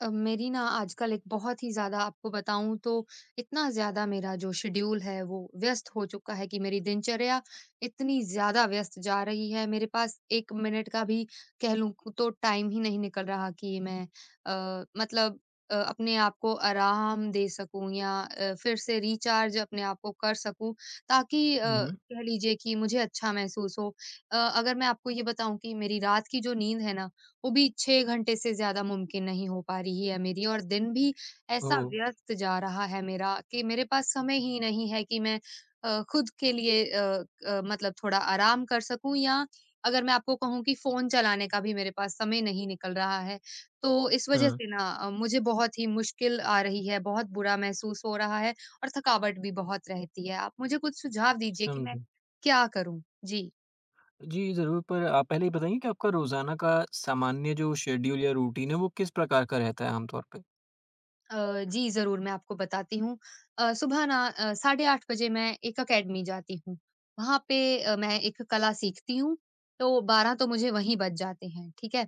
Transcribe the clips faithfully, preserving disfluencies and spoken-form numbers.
अ, मेरी ना आजकल एक बहुत ही ज़्यादा आपको बताऊँ तो इतना ज़्यादा मेरा जो शेड्यूल है वो व्यस्त हो चुका है कि मेरी दिनचर्या इतनी ज़्यादा व्यस्त जा रही है, मेरे पास एक मिनट का भी कह लूँ तो टाइम ही नहीं निकल रहा कि मैं आ, मतलब अ, अपने आप को आराम दे सकूं या अ, फिर से रिचार्ज अपने आप को कर सकूं, ताकि हुँ, अ, हुँ। कह लीजिए कि मुझे अच्छा महसूस हो। अ, अगर मैं आपको ये बताऊं कि मेरी रात की जो नींद है ना, वो भी छह घंटे से ज़्यादा मुमकिन नहीं हो पा रही है मेरी, और दिन भी ऐसा ओह! व्यस्त जा रहा है मेरा कि मेरे पास समय ही नहीं है कि मैं अ, खुद के लिए अ अ, मतलब थोड़ा आराम कर सकूँ, या अगर मैं आपको कहूँ कि फ़ोन चलाने का भी मेरे पास समय नहीं निकल रहा है। तो इस वज़ह हाँ, से ना अ, मुझे बहुत ही मुश्किल आ रही है, बहुत बुरा महसूस हो रहा है और थकावट भी बहुत रहती है। आप मुझे कुछ सुझाव दीजिए कि मैं समझा। क्या करूँ? जी। जी, ज़रूर पर आप पहले ये बताइए कि आपका रोज़ाना का सामान्य जो शेड्यूल या रूटीन है वो किस प्रकार का रहता है आमतौर पे? अ, जी ज़रूर, मैं आपको बताती हूँ। अ, सुबह ना अ, साढ़े आठ बजे मैं एक अकेडमी जाती हूँ। वहाँ पे अ, मैं एक कला सीखती हूँ, तो बारह तो मुझे वहीं बज जाते हैं, ठीक है?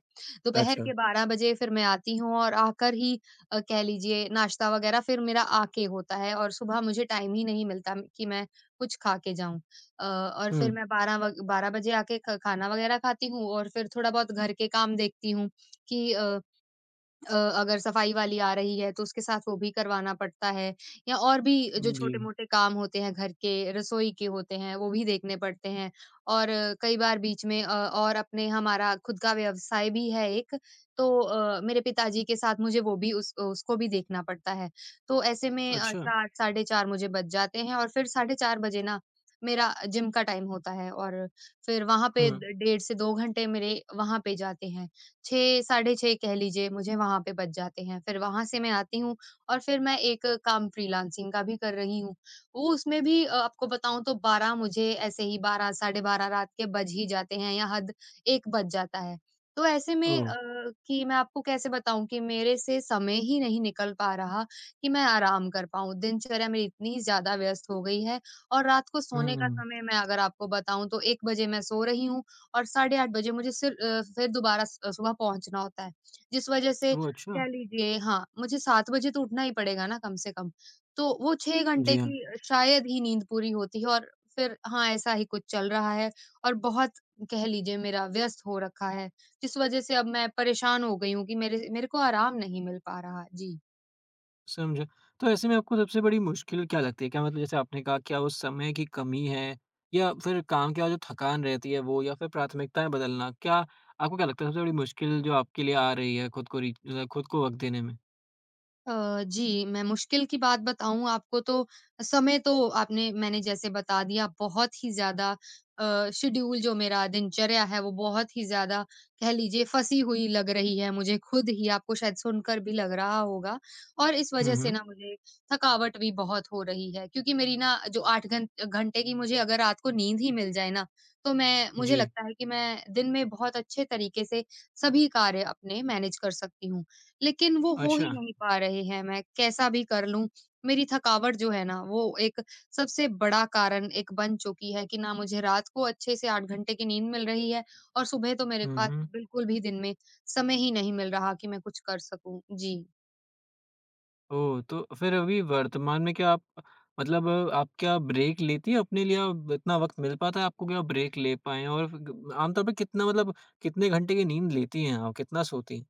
दोपहर अच्छा। के बारह बजे फिर मैं आती हूँ और आकर ही अ, कह लीजिए नाश्ता वग़ैरह फिर मेरा आके होता है, और सुबह मुझे टाइम ही नहीं मिलता कि मैं कुछ खा के जाऊँ। अ, और फिर हुँ, मैं बारह व बारह बजे आके ख खाना वग़ैरह खाती हूँ और फिर थोड़ा-बहुत घर के काम देखती हूँ कि अ, अ, अगर सफाई वाली आ रही है तो उसके साथ वो भी करवाना पड़ता है, या और भी जो जी। छोटे-मोटे काम होते हैं घर के, रसोई के होते हैं वो भी देखने पड़ते हैं। और अ, कई बार बीच में अ, और अपने हमारा खुद का व्यवसाय भी है एक, तो अ, मेरे पिताजी के साथ मुझे वो भी उस उसको भी देखना पड़ता है। तो ऐसे में अ, अच्छा। चार साढ़े चार मुझे बज जाते हैं और फिर साढ़े चार बजे ना मेरा जिम का टाइम होता है, और फिर वहाँ पे हुँ, ड डेढ़ से दो घंटे मेरे वहाँ पे जाते हैं। छह साढ़े छह कह लीजिए मुझे वहाँ पे बज जाते हैं। फिर वहाँ से मैं आती हूँ और फिर मैं एक काम फ्रीलांसिंग का भी कर रही हूँ। वो उसमें भी अ, आपको बताऊँ तो बारह मुझे ऐसे ही, बारह साढ़े बारह रात के बज ही जाते हैं, या हद एक बज जाता है। तो ऐसे में ओह! अ, कि मैं आपको कैसे बताऊँ कि मेरे से समय ही नहीं निकल पा रहा कि मैं आराम कर पाऊँ। दिनचर्या मेरी इतनी ज़्यादा व्यस्त हो गई है, और रात को सोने का हुँ, समय मैं अगर आपको बताऊँ तो एक बजे मैं सो रही हूँ, और साढ़े आठ बजे मुझे सिर अ, फिर दोबारा स सुबह पहुँचना होता है। जिस वज़ह से ओह अच्छा! कह लीजिए हाँ, मुझे सात बजे तो उठना ही पड़ेगा ना कम से कम। तो वो छह घंटे जी की हाँ, शायद ही नींद पूरी होती है, और फिर हाँ, ऐसा ही कुछ चल रहा है और बहुत कह लीजिए मेरा व्यस्त हो रखा है। जिस वज़ह से अब मैं परेशान हो गई हूँ कि मेरे मेरे को आराम नहीं मिल पा रहा। जी। समझा। तो ऐसे में आपको सबसे बड़ी मुश्किल क्या लगती है? क्या मतलब जैसे आपने कहा क्या उस समय की कमी है या फिर काम के बाद जो थकान रहती है वो या फिर प्राथमिकताएँ बदलना? क्या आपको क्या लगता है सबसे बड़ी मुश्किल जो आपके लिए आ रही है खुद को री खुद को वक़्त देने में? अ, जी, मैं मुश्किल की बात बताऊँ आपको तो समय तो आपने मैंने जैसे बता दिया, बहुत ही ज़्यादा अ, शेड्यूल जो मेरा दिनचर्या है वो बहुत ही ज़्यादा कह लीजिए फँसी हुई लग रही है मुझे खुद ही, आपको शायद सुनकर भी लग रहा होगा। और इस वज़ह हुँ, से हुँ। ना मुझे थकावट भी बहुत हो रही है, क्योंकि मेरी ना जो आठ घं घंटे की मुझे अगर रात को नींद ही मिल जाए ना, तो मैं मुझे जी। लगता है कि मैं दिन में बहुत अच्छे तरीके से सभी कार्य अपने मैनेज कर सकती हूँ। लेकिन वो हो ही अच्छा। नहीं पा रहे हैं, मैं कैसा भी कर लूँ, मेरी थकावट जो है ना वो एक सबसे बड़ा कारण एक बन चुकी है कि ना मुझे रात को अच्छे से आठ घंटे की नींद मिल रही है, और सुबह तो मेरे हुँ, पास हुँ। बिल्कुल भी दिन में समय ही नहीं मिल रहा कि मैं कुछ कर सकूँ। जी। ओह! तो फिर अभी वर्तमान में क्या आप मतलब आप क्या ब्रेक लेती हैं अपने लिए? अब इतना वक़्त मिल पाता है आपको कि आप ब्रेक ले पाएँ? और ग आमतौर पे कितना मतलब कितने घंटे की नींद लेती हैं आप? कितना सोती हैं?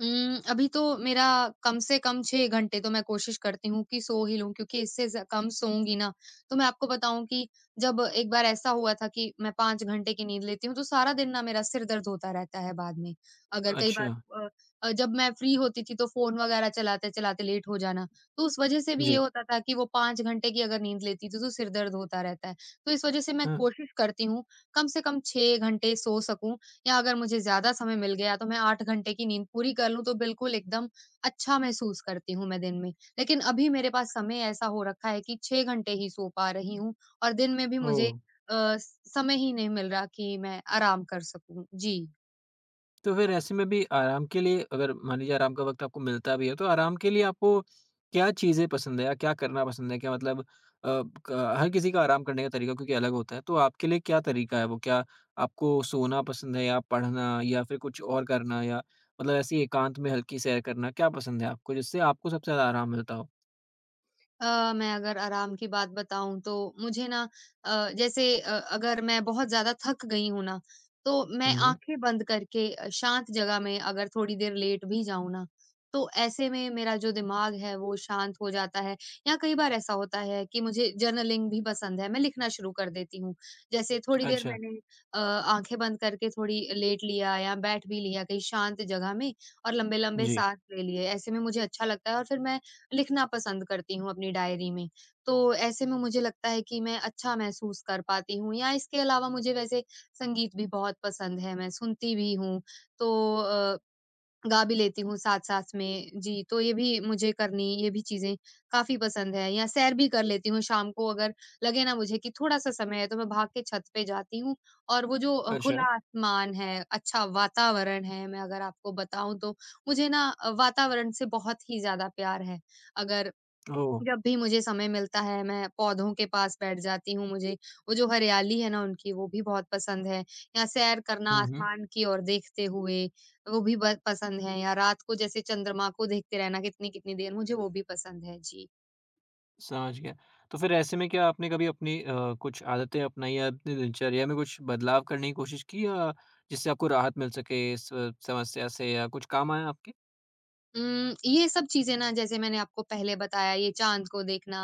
उम, अभी तो मेरा कम से कम छह घंटे तो मैं कोशिश करती हूँ कि सो ही लूँ, क्योंकि इससे ज़ कम सोऊँगी ना, तो मैं आपको बताऊँ कि जब एक बार ऐसा हुआ था कि मैं पाँच घंटे की नींद लेती हूँ, तो सारा दिन ना मेरा सिर दर्द होता रहता है बाद में। अगर कई बार अच्छा। अ अ, जब मैं फ्री होती थी तो फ़ोन वगैरह चलाते-चलाते लेट हो जाना, तो उस वजह से भी ये जी। होता था कि वो पाँच घंटे की अगर नींद लेती थी तो सिर दर्द होता रहता है। तो इस वजह से मैं हाँ। कोशिश करती हूँ, कम से कम छह घंटे सो सकूँ, या अगर मुझे ज़्यादा समय मिल गया तो मैं आठ घंटे की नींद पूरी कर लूँ तो बिल्कुल एकदम अच्छा महसूस करती हूँ मैं दिन में। लेकिन अभी मेरे पास समय ऐसा हो रखा है कि छह घंटे ही सो पा रही हूँ, और दिन में भी मुझे ओह! अ, समय ही नहीं मिल रहा कि मैं आराम कर सकूँ। जी। तो फिर ऐसे में भी आराम के लिए अगर मान लीजिए आराम का वक़्त आपको मिलता भी है, तो आराम के लिए आपको क्या चीज़ें पसंद है या क्या करना पसंद है? क्या मतलब अ, क हर किसी का आराम करने का तरीका क्योंकि अलग होता है, तो आपके लिए क्या तरीका है वो? क्या आपको सोना पसंद है या पढ़ना या फिर कुछ और करना या मतलब ऐसे ही एकांत में हल्की सैर करना, क्या पसंद है आपको जिससे आपको सबसे ज़्यादा आराम मिलता हो? अ, मैं अगर आराम की बात बताऊँ तो मुझे ना अ, जैसे अ, अगर मैं बहुत ज़्यादा थक गई हूँ ना, तो मैं हुँ, हुँ। आँखें बंद करके अ, शांत जगह में अगर थोड़ी देर लेट भी जाऊँ ना, तो ऐसे में मेरा जो दिमाग है वो शांत हो जाता है। या कई बार ऐसा होता है कि मुझे जर्नलिंग भी पसंद है, मैं लिखना शुरू कर देती हूँ। जैसे थोड़ी देर अच्छा। मैंने अ, आँखें बंद करके थोड़ी लेट लिया, या बैठ भी लिया कहीं शांत जगह में, और लंबे-लंबे जी। साँस ले लिए, ऐसे में मुझे अच्छा लगता है और फिर मैं लिखना पसंद करती हूँ अपनी डायरी में। तो ऐसे में मुझे लगता है कि मैं अच्छा महसूस कर पाती हूँ, या इसके अलावा मुझे वैसे संगीत भी बहुत पसंद है, मैं सुनती भी हूँ। तो अ, गा भी लेती हूँ साथ-साथ में। जी, तो ये भी मुझे करनी ये भी चीज़ें काफ़ी पसंद है, या सैर भी कर लेती हूँ शाम को, अगर लगे ना मुझे कि थोड़ा-सा समय है तो मैं भाग के छत पे जाती हूँ, और वो जो अ, अच्छा। खुला आसमान है, अच्छा वातावरण है, मैं अगर आपको बताऊँ तो मुझे ना अ, वातावरण से बहुत ही ज़्यादा प्यार है। अगर ओह! जब भी मुझे समय मिलता है, मैं पौधों के पास बैठ जाती हूँ। मुझे वो जो हरियाली है ना उनकी, वो भी बहुत पसंद है। या सैर करना हुँ, हुँ। आसमान की ओर देखते हुए, वो भी ब पसंद है, या रात को जैसे चंद्रमा को देखते रहना कितनी-कितनी देर, मुझे वो भी पसंद है। जी। समझ गया। तो फिर ऐसे में क्या आपने कभी अपनी अ, कुछ आदतें अपनाई या अपनी दिनचर्या में कुछ बदलाव करने की कोशिश की या जिससे आपको राहत मिल सके इस अ, समस्या से या कुछ काम आया आपके? उम, ये सब चीज़ें ना, जैसे मैंने आपको पहले बताया, ये चाँद को देखना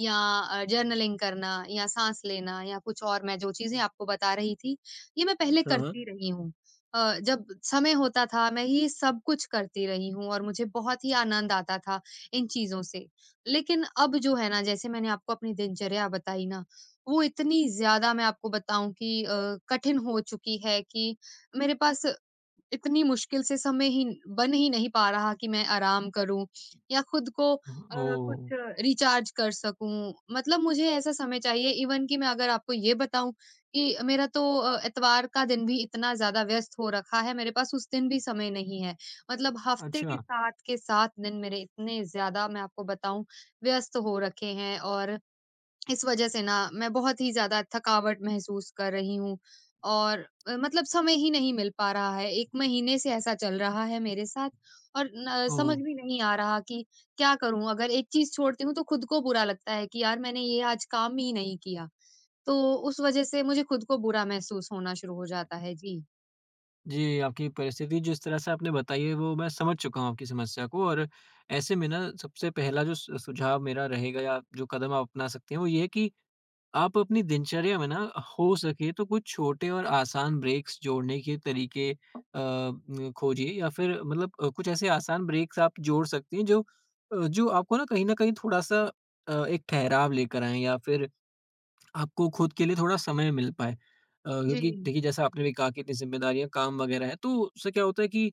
या अ, जर्नलिंग करना या साँस लेना या कुछ और मैं जो चीज़ें आपको बता रही थी, ये मैं पहले हाँ, हाँ। करती रही हूँ। अ, जब समय होता था मैं ये सब कुछ करती रही हूँ और मुझे बहुत ही आनंद आता था इन चीज़ों से। लेकिन अब जो है ना, जैसे मैंने आपको अपनी दिनचर्या बताई ना, वो इतनी ज़्यादा मैं आपको बताऊँ कि अ, कठिन हो चुकी है कि मेरे पास इतनी मुश्किल से समय ही बन ही नहीं पा रहा कि मैं आराम करूँ या खुद को हुँ, अ, कुछ ओह! रिचार्ज कर सकूँ। मतलब मुझे ऐसा समय चाहिए इवन कि मैं अगर आपको ये बताऊँ कि मेरा तो अ, इतवार का दिन भी इतना ज़्यादा व्यस्त हो रखा है, मेरे पास उस दिन भी समय नहीं है। मतलब हफ्ते के अच्छा, सात के सात दिन मेरे इतने ज़्यादा मैं आपको बताऊँ व्यस्त हो रखे हैं, और इस वजह से ना मैं बहुत ही ज़्यादा थकावट महसूस कर रही हूँ और अ, मतलब समय ही नहीं मिल पा रहा है। एक महीने से ऐसा चल रहा है मेरे साथ, और न समझ ओह! भी नहीं आ रहा कि क्या करूँ? अगर एक चीज़ छोड़ती हूँ तो खुद को बुरा लगता है कि यार मैंने ये आज काम ही नहीं किया। तो उस वजह से मुझे खुद को बुरा महसूस होना शुरू हो जाता है। जी। जी, आपकी परिस्थिति जिस तरह से आपने बताई है वो मैं समझ चुका हूँ आपकी समस्या को और ऐसे में ना सबसे पहला जो सु सुझाव मेरा रहेगा या जो कदम आप अपना सकते हैं वो ये है कि आप अपनी दिनचर्या में ना हो सके तो कुछ छोटे और आसान ब्रेक्स जोड़ने के तरीके अ, न, खोजिए या फिर मतलब अ, कुछ ऐसे आसान ब्रेक्स आप जोड़ सकती हैं जो अ, जो आपको ना कहीं ना कहीं थोड़ा सा अ, एक ठहराव लेकर आए या फिर आपको खुद के लिए थोड़ा समय मिल पाए। अ, जी। क्योंकि देखिए जैसा आपने भी कहा कि इतनी ज़िम्मेदारियाँ, काम वग़ैरह है, तो उससे क्या होता है कि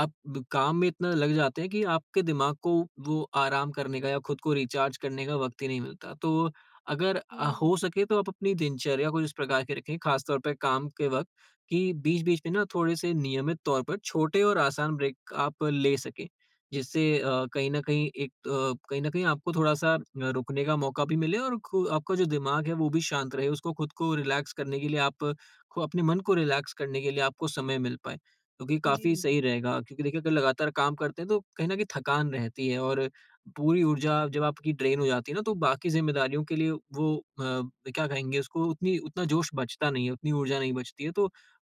आप ब काम में इतना लग जाते हैं कि आपके दिमाग को वो आराम करने का या खुद को रिचार्ज करने का वक़्त ही नहीं मिलता। तो अगर अ, हो हुँ, सके तो आप अपनी दिनचर्या कुछ इस प्रकार की रखें, ख़ास तौर पे काम के वक़्त, कि बीच-बीच में ना थोड़े से नियमित तौर पर छोटे और आसान ब्रेक आप ले सकें। जिससे अ, कहीं न कहीं एक अ, कहीं न कहीं आपको थोड़ा-सा अ, रुकने का मौका भी मिले और खु आपका जो दिमाग है वो भी शांत रहे, उसको खुद को रिलैक्स करने के लिए आप खु अपने मन को रिलैक्स करने के लिए आपको समय मिल पाए, जो कि जी। काफ़ी सही रहेगा। क्योंकि देखिए अगर लगातार काम करते हैं तो कहीं न कहीं थकान रहती है और पूरी ऊर्जा जब आपकी ड्रेन हो जाती है ना तो बाकी ज़िम्मेदारियों के लिए वो अ, क्या कहेंगे उसको उतनी उतना जोश बचता नहीं है, उतनी ऊर्जा नहीं बचती है तो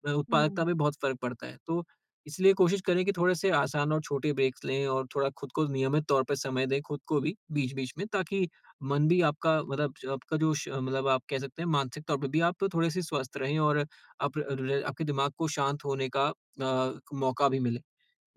अ, उत्पादकता हुँ, में बहुत फ़र्क पड़ता है। तो इसलिए कोशिश करें कि थोड़े-से आसान और छोटे ब्रेक्स लें और थोड़ा खुद को नियमित तौर पे समय दें खुद को भी बीच-बीच में ताकि मन भी आपका मतलब जो आपका जो श मतलब आप कह सकते हैं मानसिक तौर पे भी आप थोड़े-से स्वस्थ रहें और आप र आपके दिमाग को शांत होने का अ, मौका भी मिले।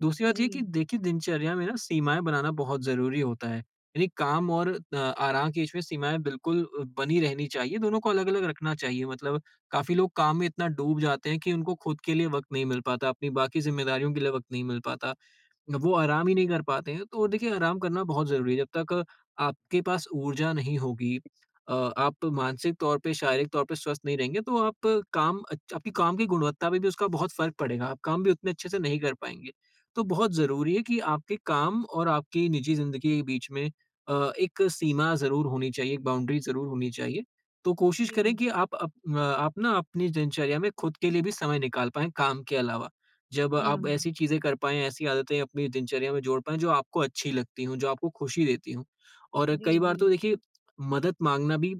दूसरी बात ये कि जी, देखिए दिनचर्या में ना सीमाएँ बनाना बहुत ज़रूरी होता है। यानी काम और अ, आराम के बीच में सीमाएँ बिल्कुल अ, बनी रहनी चाहिए, दोनों को अलग-अलग रखना चाहिए मतलब काफ़ी लोग काम में इतना डूब जाते हैं कि उनको खुद के लिए वक़्त नहीं मिल पाता, अपनी बाकी ज़िम्मेदारियों के लिए वक़्त नहीं मिल पाता। वो आराम ही नहीं कर पाते हैं। तो देखिए आराम करना बहुत ज़रूरी है। जब तक आपके पास ऊर्जा नहीं होगी, अ, आप मानसिक तौर पे, शारीरिक तौर पे स्वस्थ नहीं रहेंगे तो आप काम अच्छ आपकी काम की गुणवत्ता पे भी उसका बहुत फ़र्क पड़ेगा। आप काम भी उतने अच्छे से नहीं कर पाएँगे। तो बहुत ज़रूरी है कि आपके काम और आपकी निजी ज़िंदगी के बीच में अ, एक सीमा ज़रूर होनी चाहिए, एक बाउंड्री ज़रूर होनी चाहिए। तो कोशिश जी। करें कि आप अप अ, आप ना अपनी दिनचर्या में खुद के लिए भी समय निकाल पाएँ काम के अलावा। जब आप हुँ। ऐसी चीज़ें कर पाएँ, ऐसी आदतें अपनी दिनचर्या में जोड़ पाएँ, जो आपको अच्छी लगती हों, जो आपको खुशी देती हों। और जी, जी, कई बार जी। तो देखिए, मदद माँगना भी अ,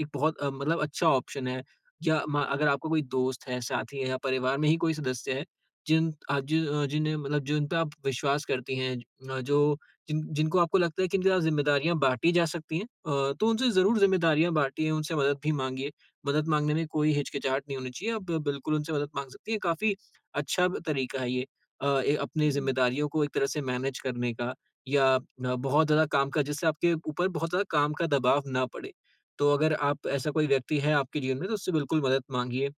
एक बहुत अ, मतलब अच्छा ऑप्शन है या म अगर आपका कोई दोस्त है, साथी है या परिवार में ही कोई सदस्य है, जिन अ, जिन अ, जिन्हें मतलब जिन पे आप विश्वास करती हैं अ, जो जिन जिनको आपको लगता है कि इनके साथ ज़िम्मेदारियाँ बाँटी जा सकती हैं अ, तो उनसे ज़रूर ज़िम्मेदारियाँ बाँटिए, उनसे मदद भी माँगिए। मदद माँगने में कोई हिचकिचाहट नहीं होनी चाहिए, आप बिल्कुल उनसे मदद माँग सकती हैं। काफ़ी अच्छा ब तरीका है ये अ, ए अपनी जी, ज़िम्मेदारियों को एक तरह से मैनेज करने का या अ, बहुत ज़्यादा काम का जिससे आपके ऊपर बहुत ज़्यादा काम का दबाव ना पड़े। तो अगर आप ऐसा कोई व्यक्ति है आपके जीवन में तो उससे बिल्कुल मदद माँगिए।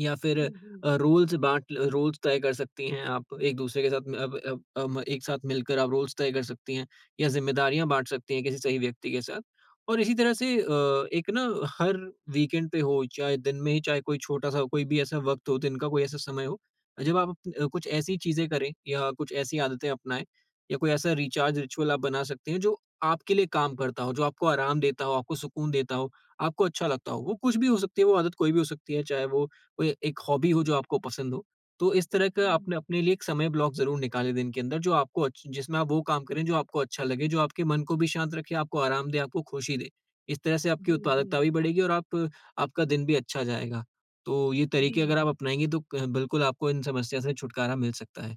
या फिर अ, जी। रोल्स बाँट ल रोल्स तय कर सकती हैं आप एक-दूसरे के साथ में अब अब अम, एक साथ मिलकर आप रोल्स तय कर सकती हैं या ज़िम्मेदारियाँ बाँट सकती हैं किसी सही व्यक्ति के साथ। और इसी तरह से अ, एक ना हर वीकेंड पे हो, चाहे दिन में ही, चाहे कोई छोटा-सा कोई भी ऐसा वक़्त हो, दिन का कोई ऐसा समय हो, जब आप अपन अ, कुछ ऐसी चीज़ें करें या कुछ ऐसी आदतें अपनाएँ या कोई ऐसा रिचार्ज रिचुअल आप बना सकते हैं जो आपके लिए काम करता हो, जो आपको आराम देता हो, आपको सुकून देता हो, आपको अच्छा लगता हो। वो कुछ भी हो सकती है, वो आदत कोई भी हो सकती है, चाहे वो कोई एक हॉबी हो जो आपको पसंद हो। तो इस तरह का आपने हुँ। अपने लिए एक समय ब्लॉक ज़रूर निकालें दिन के अंदर जो आपको अच्छ जिसमें आप वो काम करें जो आपको अच्छा लगे, जो आपके मन को भी शांत रखे, आपको आराम दे, आपको खुशी दे। इस तरह से आपकी जी, उत्पादकता भी बढ़ेगी और आप आपका दिन भी अच्छा जाएगा। तो ये जी, तरीके अगर आप जी। अपनाएँगे तो क बिल्कुल आपको इन समस्या से छुटकारा मिल सकता है।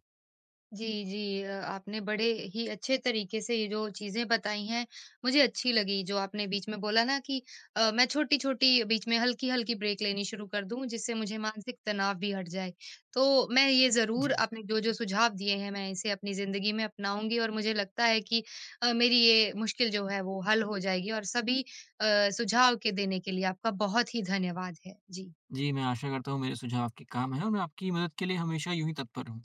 जी, जी। अ, आपने बड़े ही अच्छे तरीके से ये जो चीज़ें बताई हैं, मुझे अच्छी लगी जो आपने बीच में बोला ना कि अ, मैं छोटी-छोटी बीच में हल्की-हल्की ब्रेक लेनी शुरू कर दूँ, जिससे मुझे मानसिक तनाव भी हट जाए। तो मैं ये ज़रूर जी, आपने जो-जो सुझाव दिए हैं, मैं इसे अपनी ज़िंदगी में अपनाऊँगी और मुझे लगता है कि अ, मेरी ये मुश्किल जो है वो हल हो जाएगी, और सभी अ, सुझाव के देने के लिए आपका बहुत ही धन्यवाद है। जी। जी मैं आशा करता हूँ मेरे सुझाव आपके काम आएँ और मैं आपकी मदद के लिए हमेशा यूँ ही तत्पर हूँ।